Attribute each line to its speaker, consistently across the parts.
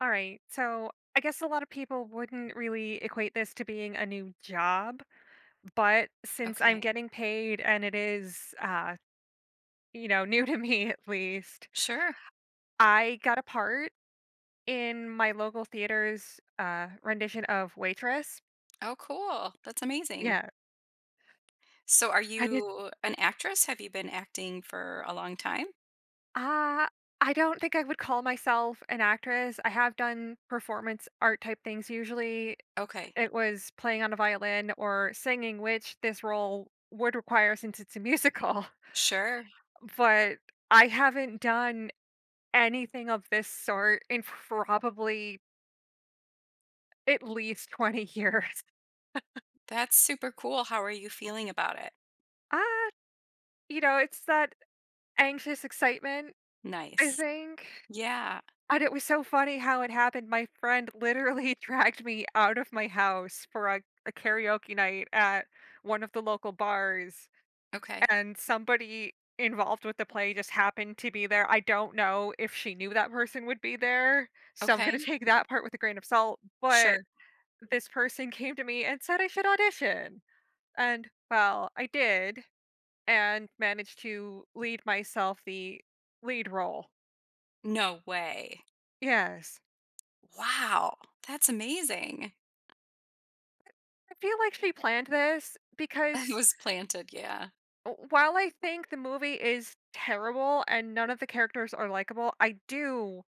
Speaker 1: All right. So I guess a lot of people wouldn't really equate this to being a new job, but since I'm
Speaker 2: Okay.
Speaker 1: getting paid and it is, new to me at least,
Speaker 2: Sure.
Speaker 1: I got a part in my local theater's rendition of Waitress.
Speaker 2: Oh, cool. That's amazing.
Speaker 1: Yeah,
Speaker 2: So, are
Speaker 1: I did.
Speaker 2: you an actress? Have you been acting for a long time?
Speaker 1: Uh, I don't think I would call myself an actress. I have done performance art type things. Usually
Speaker 2: Okay.
Speaker 1: it was playing on a violin or singing, which this role would require since it's a musical.
Speaker 2: Sure.
Speaker 1: But I haven't done anything of this sort in probably at least 20 years.
Speaker 2: That's super cool. How are you feeling about it?
Speaker 1: Ah, you know, it's that anxious excitement, I
Speaker 2: Nice.
Speaker 1: think.
Speaker 2: Yeah.
Speaker 1: And it was so funny how it happened. My friend literally dragged me out of my house for a karaoke night at one of the local bars,
Speaker 2: Okay.
Speaker 1: and somebody involved with the play just happened to be there. I don't know if she knew that person would be there, so I'm going to
Speaker 2: Okay.
Speaker 1: take that part with a grain of salt. But
Speaker 2: Sure.
Speaker 1: this person came to me and said I should audition. And well, I did and managed to lead myself the lead role.
Speaker 2: No way.
Speaker 1: Yes.
Speaker 2: Wow. That's amazing.
Speaker 1: I feel like she planned this
Speaker 2: It
Speaker 1: because
Speaker 2: was planted. Yeah.
Speaker 1: while I think the movie is terrible and none of the characters are likable, I do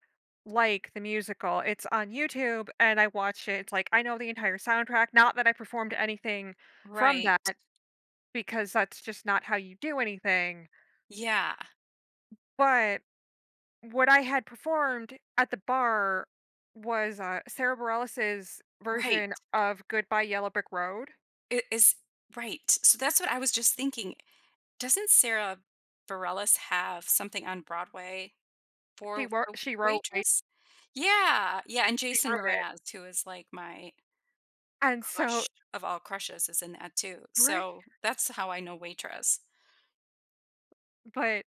Speaker 1: like the musical. It's on YouTube and I watch it. It's like I know the entire soundtrack. Not that I performed anything from
Speaker 2: Right.
Speaker 1: that because that's just not how you do anything.
Speaker 2: Yeah.
Speaker 1: But what I had performed at the bar was, Sarah Bareilles'
Speaker 2: Right.
Speaker 1: version of "Goodbye Yellow Brick Road."
Speaker 2: It is right. So, that's what I was just thinking. Doesn't Sarah Bareilles have something on Broadway
Speaker 1: She
Speaker 2: for
Speaker 1: wrote.
Speaker 2: the
Speaker 1: she wrote wait,
Speaker 2: waitress? Yeah, yeah, and
Speaker 1: she
Speaker 2: Jason
Speaker 1: wrote it,
Speaker 2: Mraz, who is, like, my
Speaker 1: and so
Speaker 2: crush of all crushes, is in that too,
Speaker 1: right?
Speaker 2: so that's how I know waitress.
Speaker 1: But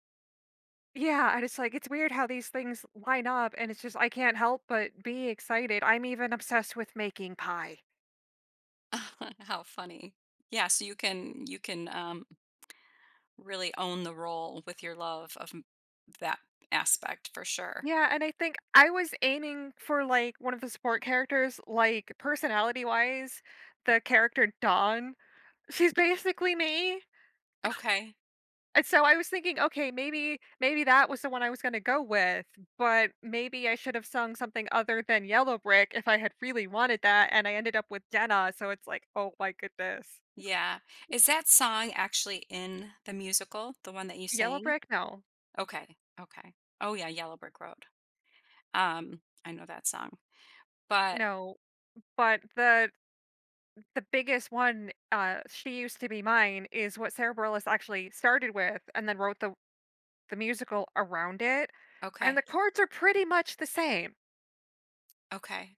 Speaker 1: yeah, and it's like, it's weird how these things line up, and it's just I can't help but be excited. I'm even obsessed with making pie.
Speaker 2: How funny. Yeah, so really own the role with your love of m that aspect for sure.
Speaker 1: Yeah, and I think I was aiming for, like, one of the support characters, like, personality-wise, the character Dawn. She's basically me.
Speaker 2: Okay.
Speaker 1: And so I was thinking, okay, maybe that was the one I was gonna go with, but maybe I should have sung something other than Yellow Brick if I had really wanted that, and I ended up with Jenna, so it's like, oh my goodness.
Speaker 2: Yeah. Is that song actually in the musical, the one that you
Speaker 1: Yellow
Speaker 2: sang?
Speaker 1: Brick? No.
Speaker 2: Okay, okay. Oh, yeah, Yellow Brick Road. I know that song, but
Speaker 1: No. But the biggest one, She Used to Be Mine, is what Sarah Bareilles actually started with and then wrote the musical around it, and
Speaker 2: okay,
Speaker 1: the chords are pretty much the same.
Speaker 2: okay.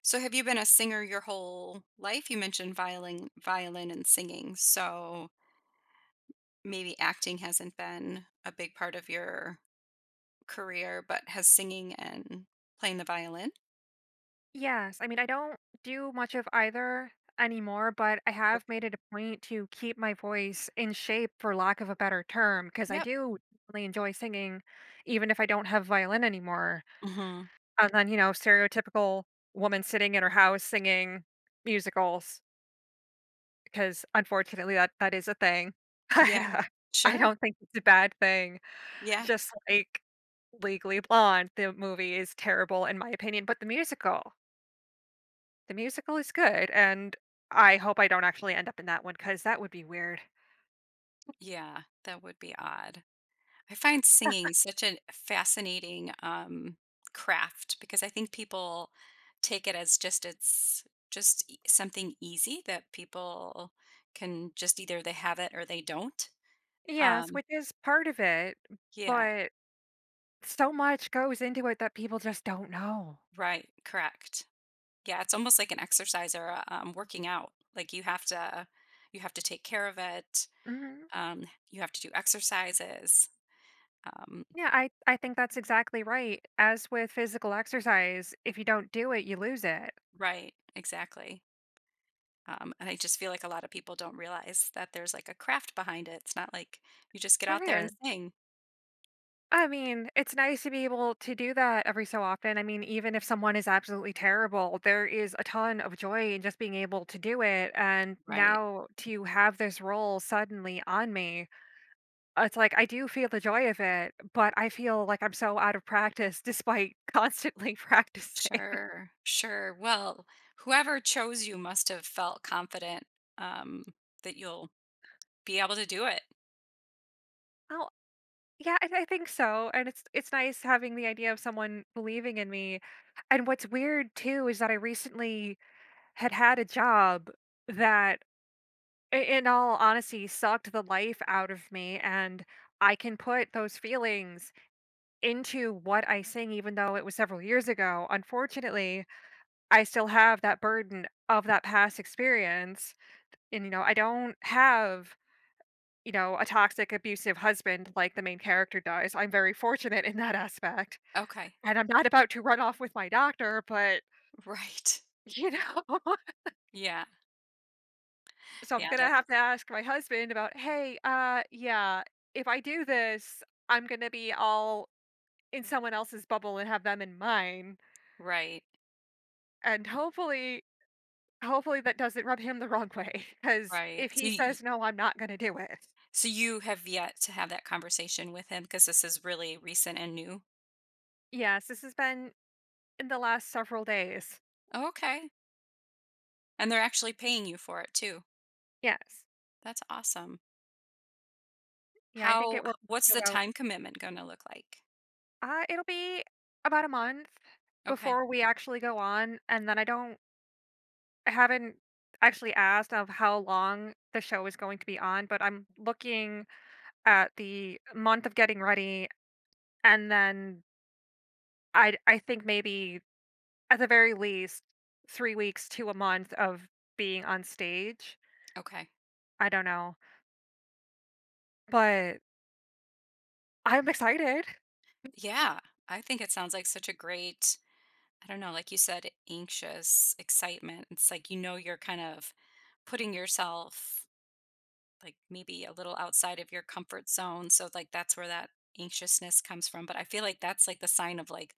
Speaker 2: So have you been a singer your whole life? You mentioned violin and singing. So maybe acting hasn't been a big part of your career, but has singing and playing the violin?
Speaker 1: Yes, I mean, I don't do much of either anymore, but I have
Speaker 2: Okay.
Speaker 1: made it a point to keep my voice in shape, for lack of a better term, because I
Speaker 2: Yep.
Speaker 1: do really enjoy singing, even if I don't have violin anymore.
Speaker 2: Mhm.
Speaker 1: And then, you know, stereotypical woman sitting in her house singing musicals, because unfortunately that is a thing.
Speaker 2: Yeah.
Speaker 1: But, I
Speaker 2: Sure.
Speaker 1: don't think it's a bad thing.
Speaker 2: Yeah.
Speaker 1: Just like Legally Blonde, the movie is terrible in my opinion, but the musical is good, and I hope I don't actually end up in that one because that would be weird.
Speaker 2: Yeah, that would be odd. I find singing such a fascinating craft because I think people take it as just something easy that people can just either they have it or they don't.
Speaker 1: Yes,
Speaker 2: Um,
Speaker 1: which is part of it,
Speaker 2: yeah,
Speaker 1: but so much goes into it that people just don't know.
Speaker 2: right, correct. Yeah, it's almost like an exercise or a working out. Like you have to take care of it.
Speaker 1: Mhm.
Speaker 2: Um, you have to do exercises. Um,
Speaker 1: Yeah, I think that's exactly right. As with physical exercise, if you don't do it, you lose it.
Speaker 2: right, exactly. And I just feel like a lot of people don't realize that there's like a craft behind it. It's not like you just get out there
Speaker 1: There
Speaker 2: and
Speaker 1: is.
Speaker 2: sing.
Speaker 1: I mean, it's nice to be able to do that every so often. I mean, even if someone is absolutely terrible, there is a ton of joy in just being able to do it, and
Speaker 2: Right.
Speaker 1: now to have this role suddenly on me. It's like I do feel the joy of it, but I feel like I'm so out of practice despite constantly practicing.
Speaker 2: Sure. Sure. Well, whoever chose you must have felt confident um, that you'll be able to do it.
Speaker 1: Oh, yeah, and I think so. And it's nice having the idea of someone believing in me. And what's weird too is that I recently had a job that in all honesty sucked the life out of me, and I can put those feelings into what I sing even though it was several years ago. Unfortunately, I still have that burden of that past experience. And, you know, I don't have, you know, a toxic, abusive husband like the main character does. I'm very fortunate in that aspect.
Speaker 2: Okay.
Speaker 1: And I'm not about to run off with my doctor, but,
Speaker 2: Right.
Speaker 1: you know,
Speaker 2: Yeah.
Speaker 1: so I'm
Speaker 2: Yeah.
Speaker 1: going to
Speaker 2: That,
Speaker 1: have to ask my husband about, hey, yeah, if I do this, I'm going to be all in someone else's bubble and have them in mine.
Speaker 2: right.
Speaker 1: And hopefully that doesn't rub him the wrong way. Because
Speaker 2: Right.
Speaker 1: if he says, no, I'm not going to do it.
Speaker 2: So you have yet to have that conversation with him because this is really recent and new.
Speaker 1: Yes, this has been in the last several days.
Speaker 2: Okay. And they're actually paying you for it too.
Speaker 1: Yes.
Speaker 2: That's awesome.
Speaker 1: Yeah, I think
Speaker 2: How
Speaker 1: it
Speaker 2: h
Speaker 1: will
Speaker 2: what's
Speaker 1: to
Speaker 2: the
Speaker 1: about
Speaker 2: time commitment gonna look like?
Speaker 1: it'll be about a month
Speaker 2: Okay,
Speaker 1: before we actually go on, and then I don't I haven't actually asked of how long the show is going to be on, but I'm looking at the month of getting ready, and then I think maybe at the very least 3 weeks to a month of being on stage.
Speaker 2: okay.
Speaker 1: I don't know, but I'm excited.
Speaker 2: Yeah, I think it sounds like such a great, I don't know, like you said, anxious excitement. It's like you know you're kind of putting yourself, like, maybe a little outside of your comfort zone, so, like, that's where that anxiousness comes from, but I feel like that's, like, the sign of, like,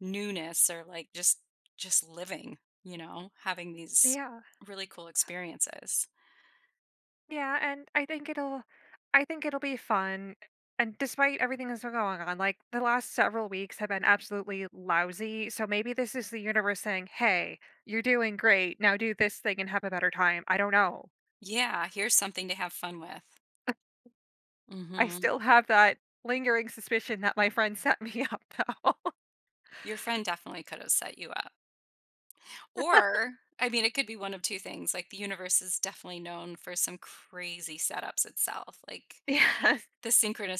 Speaker 2: newness or, like, just living, you know, having these
Speaker 1: Yeah.
Speaker 2: really cool experiences.
Speaker 1: Yeah, and I think it'll be fun. And despite everything that's been going on, like the last several weeks have been absolutely lousy. So maybe this is the universe saying, hey, you're doing great. Now do this thing and have a better time. I don't know.
Speaker 2: Yeah, here's something to have fun with. Mm.
Speaker 1: I
Speaker 2: Mhm.
Speaker 1: still have that lingering suspicion that my friend set me up though.
Speaker 2: Your friend definitely could have set you up. Or, I mean, it could be one of two things. Like, the universe is definitely known for some crazy setups itself. Like,
Speaker 1: Yes.
Speaker 2: the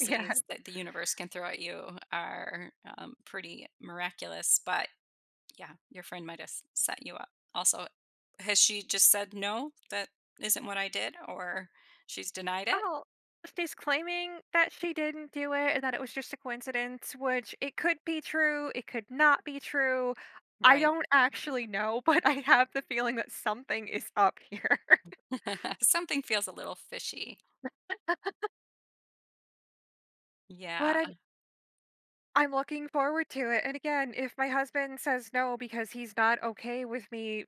Speaker 1: Yeah.
Speaker 2: that the universe can throw at you are, pretty miraculous. But yeah, your friend might have set you up. Also, has she just said, no, that isn't what I did? Or she's denied it?
Speaker 1: Oh, she's claiming that she didn't do it and that it was just a coincidence, which it could be true, it could not be true. I
Speaker 2: Right.
Speaker 1: don't actually know, but I have the feeling that something is up here.
Speaker 2: Something feels a little fishy. Yeah,
Speaker 1: But I'm looking forward to it. And again, if my husband says no because he's not okay with me,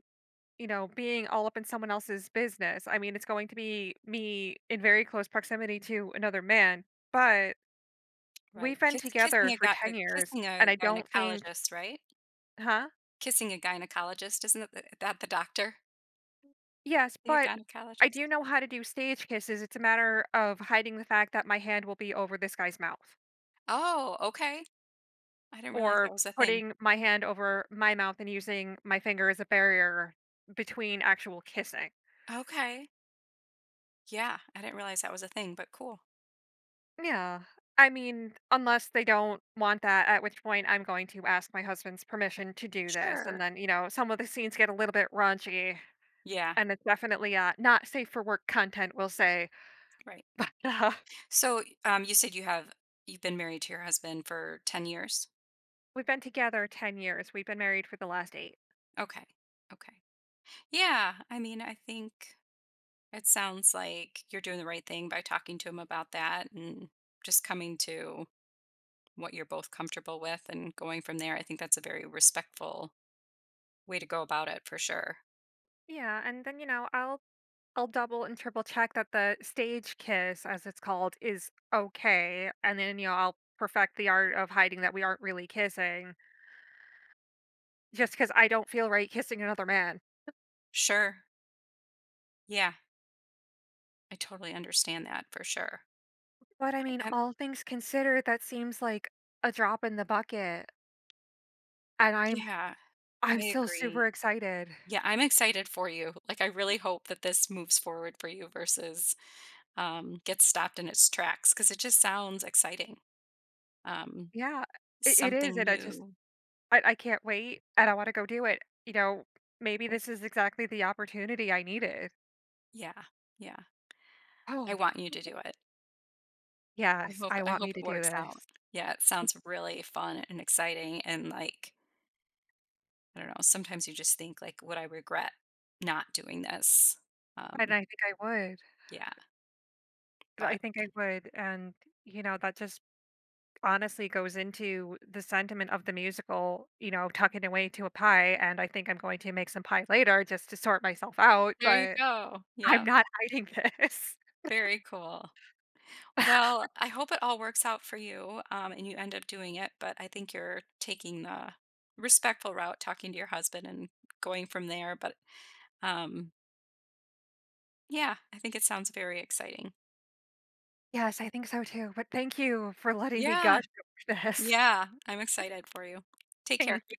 Speaker 1: you know, being all up in someone else's business, I mean, it's going to be me in very close proximity to another man. But
Speaker 2: right.
Speaker 1: we've been
Speaker 2: Kissing
Speaker 1: together
Speaker 2: a
Speaker 1: for
Speaker 2: guy,
Speaker 1: 10 years
Speaker 2: kissing
Speaker 1: and
Speaker 2: a
Speaker 1: I don't think,
Speaker 2: gynecologist, right?
Speaker 1: huh?
Speaker 2: Kissing a gynecologist, isn't it th that the doctor?
Speaker 1: Yes,
Speaker 2: Yeah,
Speaker 1: but I
Speaker 2: gynecologist.
Speaker 1: do know how to do stage kisses. It's a matter of hiding the fact that my hand will be over this guy's mouth
Speaker 2: Oh, okay. I didn't realize that
Speaker 1: or
Speaker 2: was a thing.
Speaker 1: putting my hand over my mouth and using my finger as a barrier between actual kissing.
Speaker 2: Okay. Yeah, I didn't realize that was a thing, but cool.
Speaker 1: Yeah. I mean, unless they don't want that, at which point I'm going to ask my husband's permission to do this. And
Speaker 2: Sure.
Speaker 1: then, you know, some of the scenes get a little bit raunchy
Speaker 2: Yeah,
Speaker 1: and it's definitely not safe for work content, we'll say.
Speaker 2: right.
Speaker 1: But
Speaker 2: So, you said you've been married to your husband for 10 years?
Speaker 1: we've been together 10 years, we've been married for the last eight.
Speaker 2: Okay, okay. Yeah, I mean, I think it sounds like you're doing the right thing by talking to him about that and just coming to what you're both comfortable with and going from there. I think that's a very respectful way to go about it for sure.
Speaker 1: Yeah, and then, you know, I'll double and triple check that the stage kiss, as it's called, is okay, and then, you know, I'll perfect the art of hiding that we aren't really kissing just because I don't feel right kissing another man.
Speaker 2: Sure. Yeah. I totally understand that for sure.
Speaker 1: But, I mean,
Speaker 2: I, I,
Speaker 1: all things considered, that seems like a drop in the bucket, and I'm
Speaker 2: yeah,
Speaker 1: I'm
Speaker 2: I
Speaker 1: still super
Speaker 2: agree.
Speaker 1: excited.
Speaker 2: Yeah, I'm excited for you. Like, I really hope that this moves forward for you versus, gets stopped in its tracks because it just sounds exciting. Um,
Speaker 1: Yeah, it is,
Speaker 2: Something
Speaker 1: and I just
Speaker 2: new.
Speaker 1: I can't wait, and I wanna go do it, you know? Maybe this is exactly the opportunity I needed.
Speaker 2: Yeah, yeah. I
Speaker 1: Oh,
Speaker 2: want you to do it. I
Speaker 1: yes,
Speaker 2: hope.
Speaker 1: I
Speaker 2: I
Speaker 1: want
Speaker 2: hope
Speaker 1: me
Speaker 2: it
Speaker 1: to do
Speaker 2: works out.
Speaker 1: this.
Speaker 2: Yeah, it sounds really fun and exciting. And like, I don't know. Sometimes you just think like, would I regret not doing this?
Speaker 1: And
Speaker 2: Um,
Speaker 1: I think I would.
Speaker 2: Yeah,
Speaker 1: And I
Speaker 2: but
Speaker 1: think I would, and, you know, that just honestly goes into the sentiment of the musical, you know, tucking away to a pie, and I think I'm going to make some pie later just to sort myself out,
Speaker 2: there you
Speaker 1: but
Speaker 2: go.
Speaker 1: I'm
Speaker 2: Yeah,
Speaker 1: not hiding this.
Speaker 2: very cool. Well, I hope it all works out for you, and you end up doing it, but I think you're taking the respectful route, talking to your husband and going from there, but, um, yeah, I think it sounds very exciting.
Speaker 1: Yes, I think so too, but thank you for letting me
Speaker 2: Yeah,
Speaker 1: gush over this.
Speaker 2: yeah, I'm excited for you. Take care.
Speaker 1: Thank